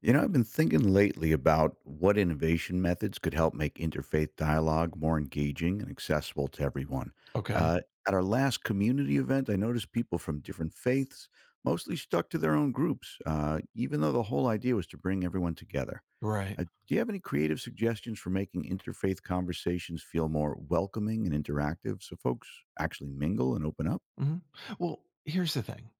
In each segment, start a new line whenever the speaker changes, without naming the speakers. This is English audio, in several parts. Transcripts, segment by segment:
You know, I've been thinking lately about what innovation methods could help make interfaith dialogue more engaging and accessible to everyone.
Okay.
Uh, at our last community event, I noticed people from different faiths mostly stuck to their own groups, even though the whole idea was to bring everyone together.
Right.
Do you have any creative suggestions for making interfaith conversations feel more welcoming and interactive so folks actually mingle and open up?
Mhm. Well, here's the thing,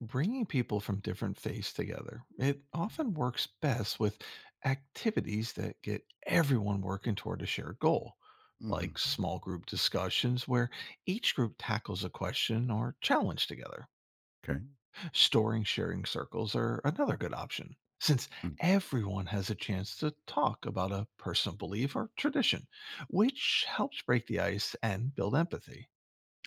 bringing people from different faiths together, it often works best with activities that get everyone working toward a shared goal, like
Hmm.
small group discussions where each group tackles a question or challenge together.
Okay.
Storing sharing circles are another good option. Since
Mm.
everyone has a chance to talk about a personal belief or tradition, which helps break the ice and build empathy.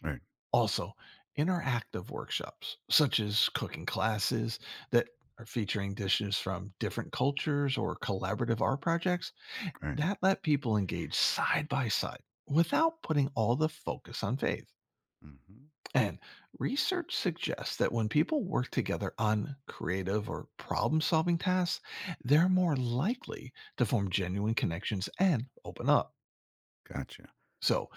All right.
Also, interactive workshops, such as cooking classes that are featuring dishes from different cultures or collaborative art projects,
All right.
that let people engage side by side without putting all the focus on faith.
Mm-hmm.
And research suggests that when people work together on creative or problem solving tasks, they're more likely to form genuine connections and open up.
Gotcha.
So,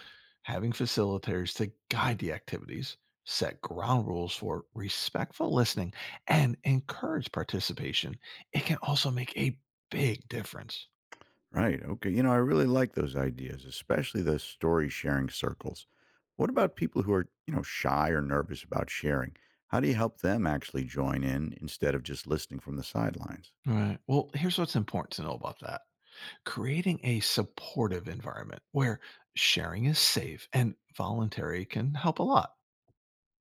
having facilitators to guide the activities, set ground rules for respectful listening, and encourage participation, it can also make a big difference.
Right. Okay. I really like those ideas, especially the story sharing circles. What about people who are, shy or nervous about sharing? How do you help them actually join in instead of just listening from the sidelines?
Right. Well, here's what's important to know about that, creating a supportive environment where sharing is safe and voluntary can help a lot.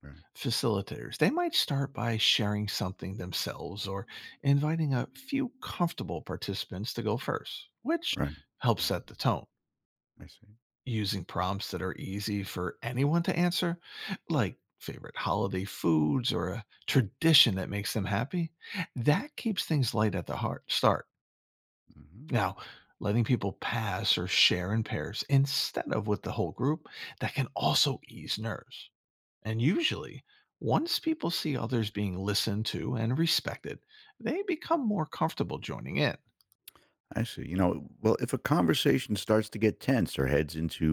Right.
Facilitators, they might start by sharing something themselves or inviting a few comfortable participants to go first, which
Right.
helps
Mhm.
set the tone.
I see.
Using prompts that are easy for anyone to answer, like favorite holiday foods or a tradition that makes them happy, that keeps things light at the heart start.
Hmm.
Now, letting people pass or share in pairs instead of with the whole group, that can also ease nerves. And usually, once people see others being listened to and respected, they become more comfortable joining in.
I see. Well, if a conversation starts to get tense or heads into,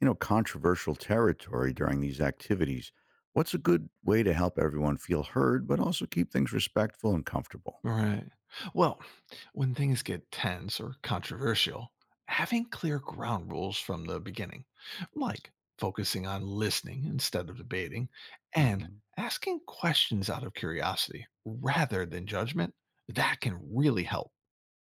controversial territory during these activities, what's a good way to help everyone feel heard, but also keep things respectful and comfortable?
All right. Well, when things get tense or controversial, having clear ground rules from the beginning, like focusing on listening instead of debating and
Hmm.
asking questions out of curiosity rather than judgment, that can really help.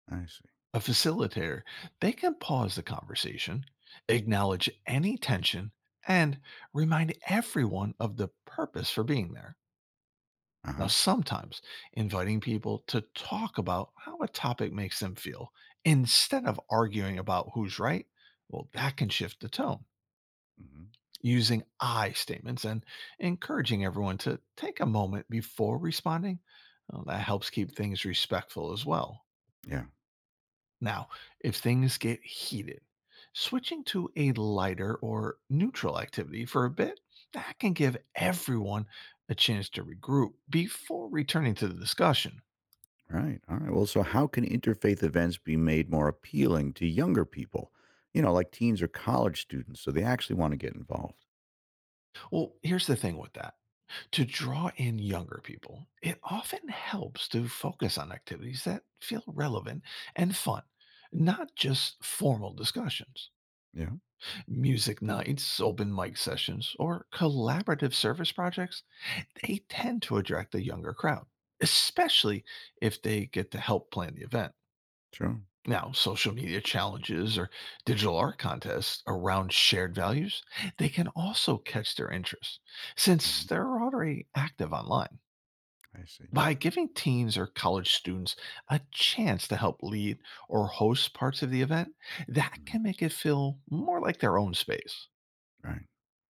I see.
A facilitator, they can pause the conversation, acknowledge any tension, and remind everyone of the purpose for being there.
Uh
Now,
huh.
sometimes inviting people to talk about how a topic makes them feel instead of arguing about who's right, well, that can shift the tone.
Mhm.
Using I statements and encouraging everyone to take a moment before responding, well, that helps keep things respectful as well.
Yeah.
Now, if things get heated, switching to a lighter or neutral activity for a bit, that can give everyone a chance to regroup before returning to the discussion.
Right. All right. Well, so how can interfaith events be made more appealing to younger people? Like teens or college students, so they actually want to get involved.
Well, here's the thing with that. To draw in younger people, it often helps to focus on activities that feel relevant and fun, not just formal discussions.
Yeah.
Music nights, open mic sessions, or collaborative service projects, they tend to attract the younger crowd, especially if they get to help plan the event.
Sure.
Now, social media challenges or digital art contests around shared values, they can also catch their interest since
Hmm.
they're already active online.
I see.
By giving teens or college students a chance to help lead or host parts of the event, that
Hmm.
can make it feel more like their own space.
Right.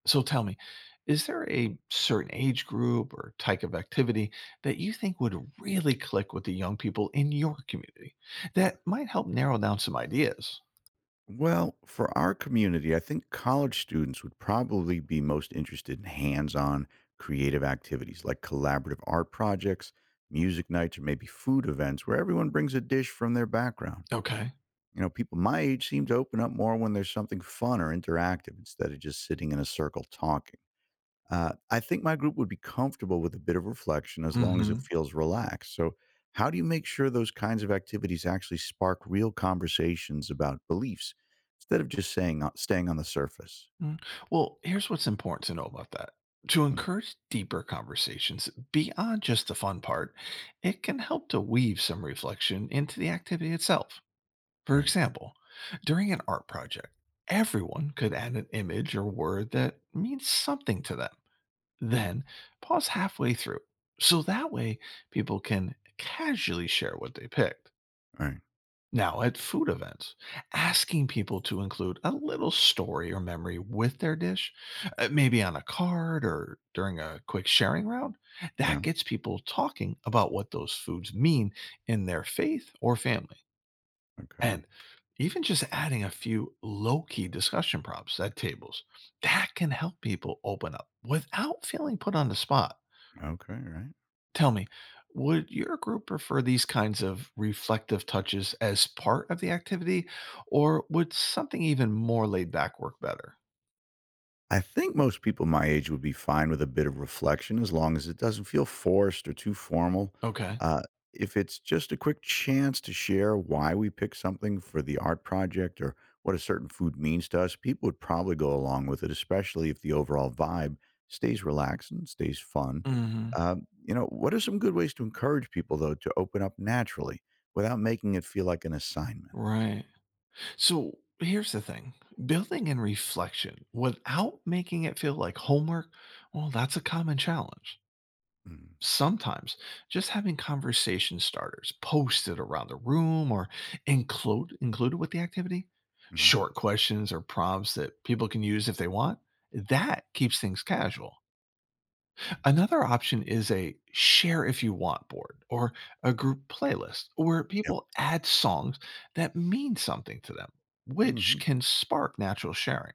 So tell me, is there a certain age group or type of activity that you think would really click with the young people in your community that might help narrow down some ideas?
Well, for our community, I think college students would probably be most interested in hands-on creative activities like collaborative art projects, music nights, or maybe food events where everyone brings a dish from their background.
Okay.
People my age seem to open up more when there's something fun or interactive instead of just sitting in a circle talking. I think my group would be comfortable with a bit of reflection as long as it
Mhm.
feels relaxed. So, how do you make sure those kinds of activities actually spark real conversations about beliefs instead of just saying staying on the surface?
Mm. Well, here's what's important to know about that. To
Mm,
encourage deeper conversations beyond just the fun part, it can help to weave some reflection into the activity itself. For
all right.
example, during an art project, everyone could add an image or word that means something to them.
Mhm,
Then pause halfway through. So that way, people can casually share what they picked.
all right.
Now, at food events, asking people to include a little story or memory with their dish, maybe on a card or during a quick sharing round, that
Yeah.
gets people talking about what those foods mean in their faith or family.
Okay.
And even just adding a few low key discussion prompts at tables, that can help people open up without feeling put on the spot.
Okay. Right.
Tell me, would your group prefer these kinds of reflective touches as part of the activity, or would something even more laid back work better?
I think most people my age would be fine with a bit of reflection as long as it doesn't feel forced or too formal.
Okay.
Uh, if it's just a quick chance to share why we picked something for the art project or what a certain food means to us, people would probably go along with it, especially if the overall vibe stays relaxed and stays fun.
Hmm.
What are some good ways to encourage people, though, to open up naturally without making it feel like an assignment?
Right. So here's the thing, building in reflection without making it feel like homework, well, that's a common challenge.
Mm-hmm.
Sometimes just having conversation starters posted around the room or included with the activity,
Mm-hmm.
short questions or prompts that people can use if they want, that keeps things casual. Another option is a share if you want board or a group playlist where
Yeah.
people add songs that mean something to them, which
Hmm.
can spark natural sharing.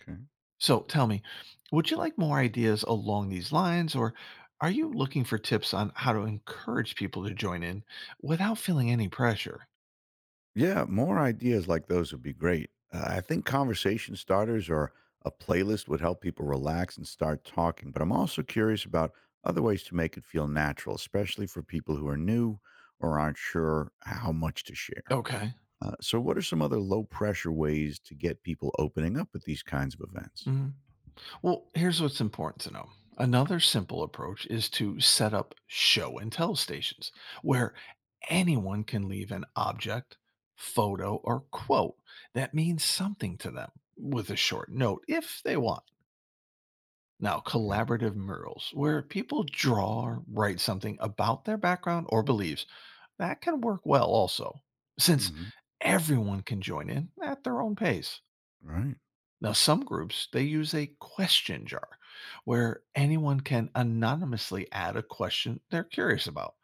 Okay.
So tell me, would you like more ideas along these lines, or are you looking for tips on how to encourage people to join in without feeling any pressure?
Yeah, more ideas like those would be great. I think conversation starters or a playlist would help people relax and start talking, but I'm also curious about other ways to make it feel natural, especially for people who are new or aren't sure how much to share.
Okay.
So, what are some other low pressure ways to get people opening up at these kinds of events?
Mhm. Well, here's what's important to know. Another simple approach is to set up show and tell stations where anyone can leave an object, photo, or quote that means something to them with a short note if they want. Now,
Yeah.
collaborative murals, where people draw or write something about their background or beliefs, that can work well also, since
Hmm.
everyone can join in at their own pace.
Right.
Now, some groups, they use a question jar where anyone can anonymously add a question they're curious about,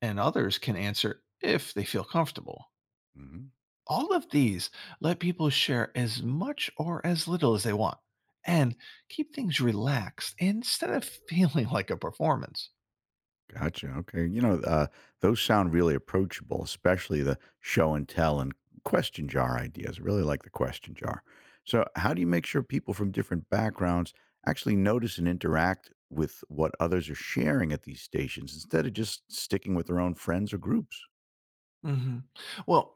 and others can answer if they feel comfortable.
Hmm.
All of these let people share as much or as little as they want and keep things relaxed instead of feeling like a performance.
Gotcha, okay. Those sound really approachable, especially the show and tell and question jar ideas. Really like the question jar. So, how do you make sure people from different backgrounds actually notice and interact with what others are sharing at these stations instead of just sticking with their own friends or groups?
Hmm. Well,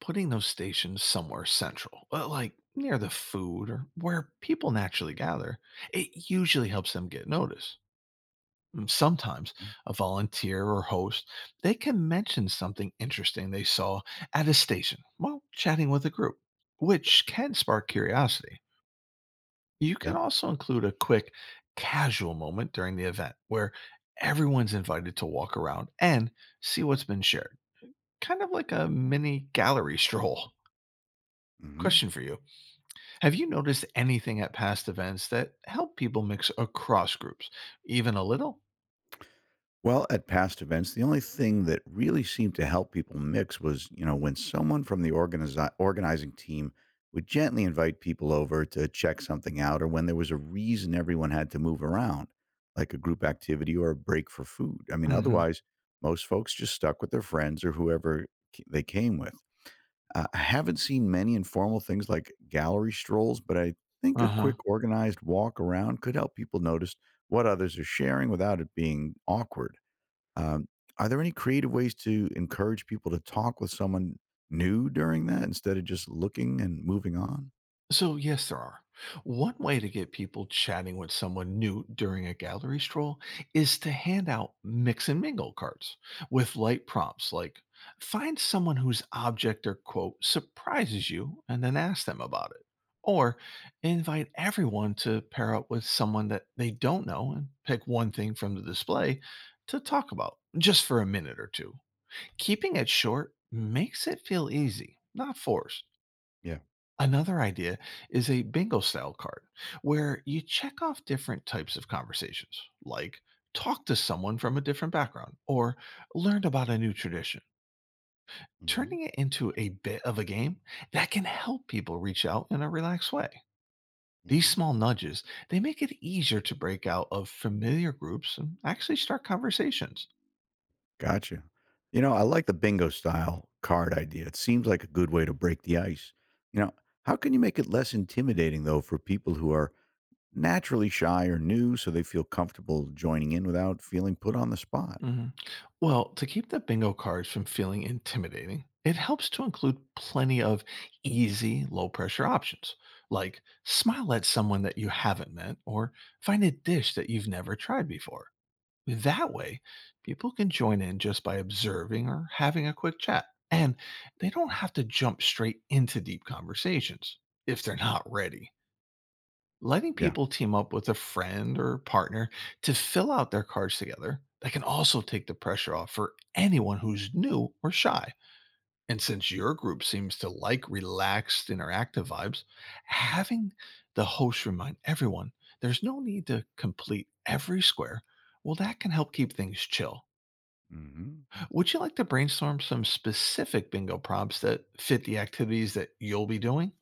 putting those stations somewhere central, like near the food or where people naturally gather, it usually helps them get noticed. Sometimes
Mhm.
a volunteer or host, they can mention something interesting they saw at a station while chatting with a group, which can spark curiosity. You can
Yep.
also include a quick casual moment during the event where everyone's invited to walk around and see what's been shared, kind of like a mini gallery stroll.
Hmm.
Question for you, have you noticed anything at past events that help people mix across groups, even a little?
Well, at past events, the only thing that really seemed to help people mix was, when someone from the organizing team would gently invite people over to check something out, or when there was a reason everyone had to move around, like a group activity or a break for food. I mean,
Hmm.
otherwise, most folks just stuck with their friends or whoever they came with. I haven't seen many informal things like gallery strolls, but I think
Uh
a
huh.
quick organized walk around could help people notice what others are sharing without it being awkward. Um, are there any creative ways to encourage people to talk with someone new during that instead of just looking and moving on?
So, yes, there are. One way to get people chatting with someone new during a gallery stroll is to hand out mix and mingle cards with light prompts like find someone whose object or quote surprises you and then ask them about it. Or invite everyone to pair up with someone that they don't know and pick one thing from the display to talk about just for a minute or two. Keeping it short makes it feel easy, not forced.
Yeah.
Another idea is a bingo style card where you check off different types of conversations, like talk to someone from a different background or learn about a new tradition.
Hmm.
Turning it into a bit of a game, that can help people reach out in a relaxed way. These
Hmm.
small nudges, they make it easier to break out of familiar groups and actually start conversations.
Gotcha. I like the bingo style card idea. It seems like a good way to break the ice. You know, how can you make it less intimidating though for people who are naturally shy or new so they feel comfortable joining in without feeling put on the spot?
Mhm. Well, to keep the bingo cards from feeling intimidating, it helps to include plenty of easy, low pressure options, like smile at someone that you haven't met or find a dish that you've never tried before. That way, people can join in just by observing or having a quick chat, and they don't have to jump straight into deep conversations if they're not ready. Letting
Yeah.
people team up with a friend or partner to fill out their cards together, that can also take the pressure off for anyone who's new or shy. And since your group seems to like relaxed, interactive vibes, having the host remind everyone there's no need to complete every square, well, that can help keep things chill.
Hmm.
Would you like to brainstorm some specific bingo prompts that fit the activities that you'll be doing?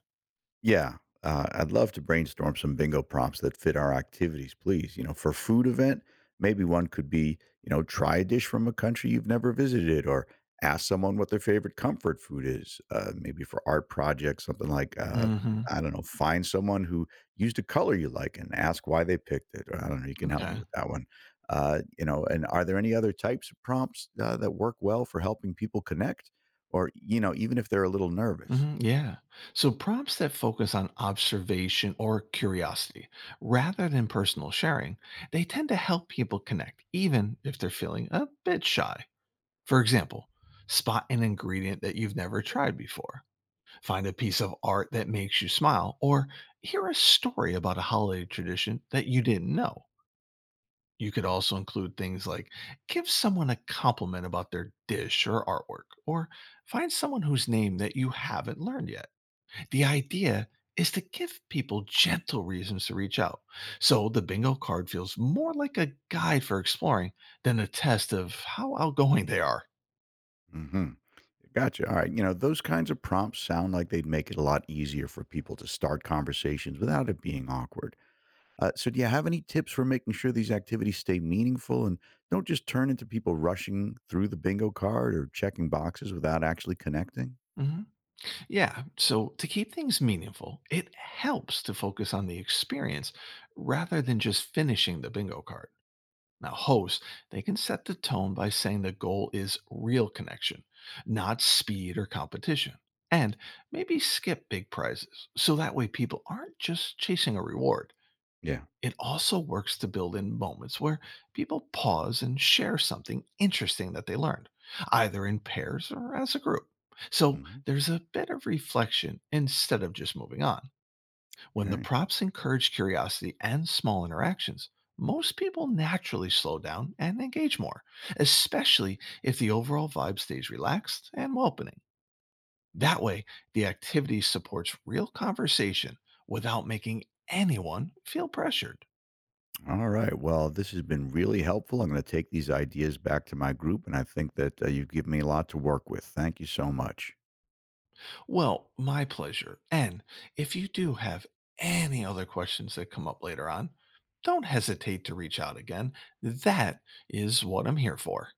Yeah. I'd love to brainstorm some bingo prompts that fit our activities, please. For food event, maybe one could be, try a dish from a country you've never visited or ask someone what their favorite comfort food is. Maybe for art projects, something like,
Hmm.
I don't know, find someone who used a color you like and ask why they picked it. Or I don't know, you can help me
Okay.
with that one. And are there any other types of prompts that work well for helping people connect or, even if they're a little nervous?
Hmm. Yeah. So prompts that focus on observation or curiosity rather than personal sharing, they tend to help people connect, even if they're feeling a bit shy. For example, spot an ingredient that you've never tried before, find a piece of art that makes you smile, or hear a story about a holiday tradition that you didn't know. You could
Yeah.
also include things like give someone a compliment about their dish or artwork, or find someone whose name that you haven't learned yet. The idea is to give people gentle reasons to reach out. So the bingo card feels more like a guide for exploring than a test of how outgoing they are.
Hmm. Gotcha. All right. Those kinds of prompts sound like they'd make it a lot easier for people to start conversations without it being awkward. So, do you have any tips for making sure these activities stay meaningful and don't just turn into people rushing through the bingo card or checking boxes without actually connecting?
Mhm. Yeah. So to keep things meaningful, it helps to focus on the experience rather than just finishing the bingo card. Now, hosts, they can set the tone by saying the goal is real connection, not speed or competition. And maybe skip big prizes. So that way people aren't just chasing a reward.
Yeah.
It also works to build in moments where people pause and share something interesting that they learned, either in pairs or as a group. So
Hmm.
there's a bit of reflection instead of just moving on. When the
Okay.
prompts encourage curiosity and small interactions, most people naturally slow down and engage more, especially if the overall vibe stays relaxed and welcoming. That way, the activity supports real conversation without making anyone feel pressured.
All right. Well, this has been really helpful. I'm going to take these ideas back to my group, and I think that you've given me a lot to work with. Thank you so much.
Well, my pleasure. And if you do have any other questions that come up later on, don't hesitate to reach out again. That is what I'm here for.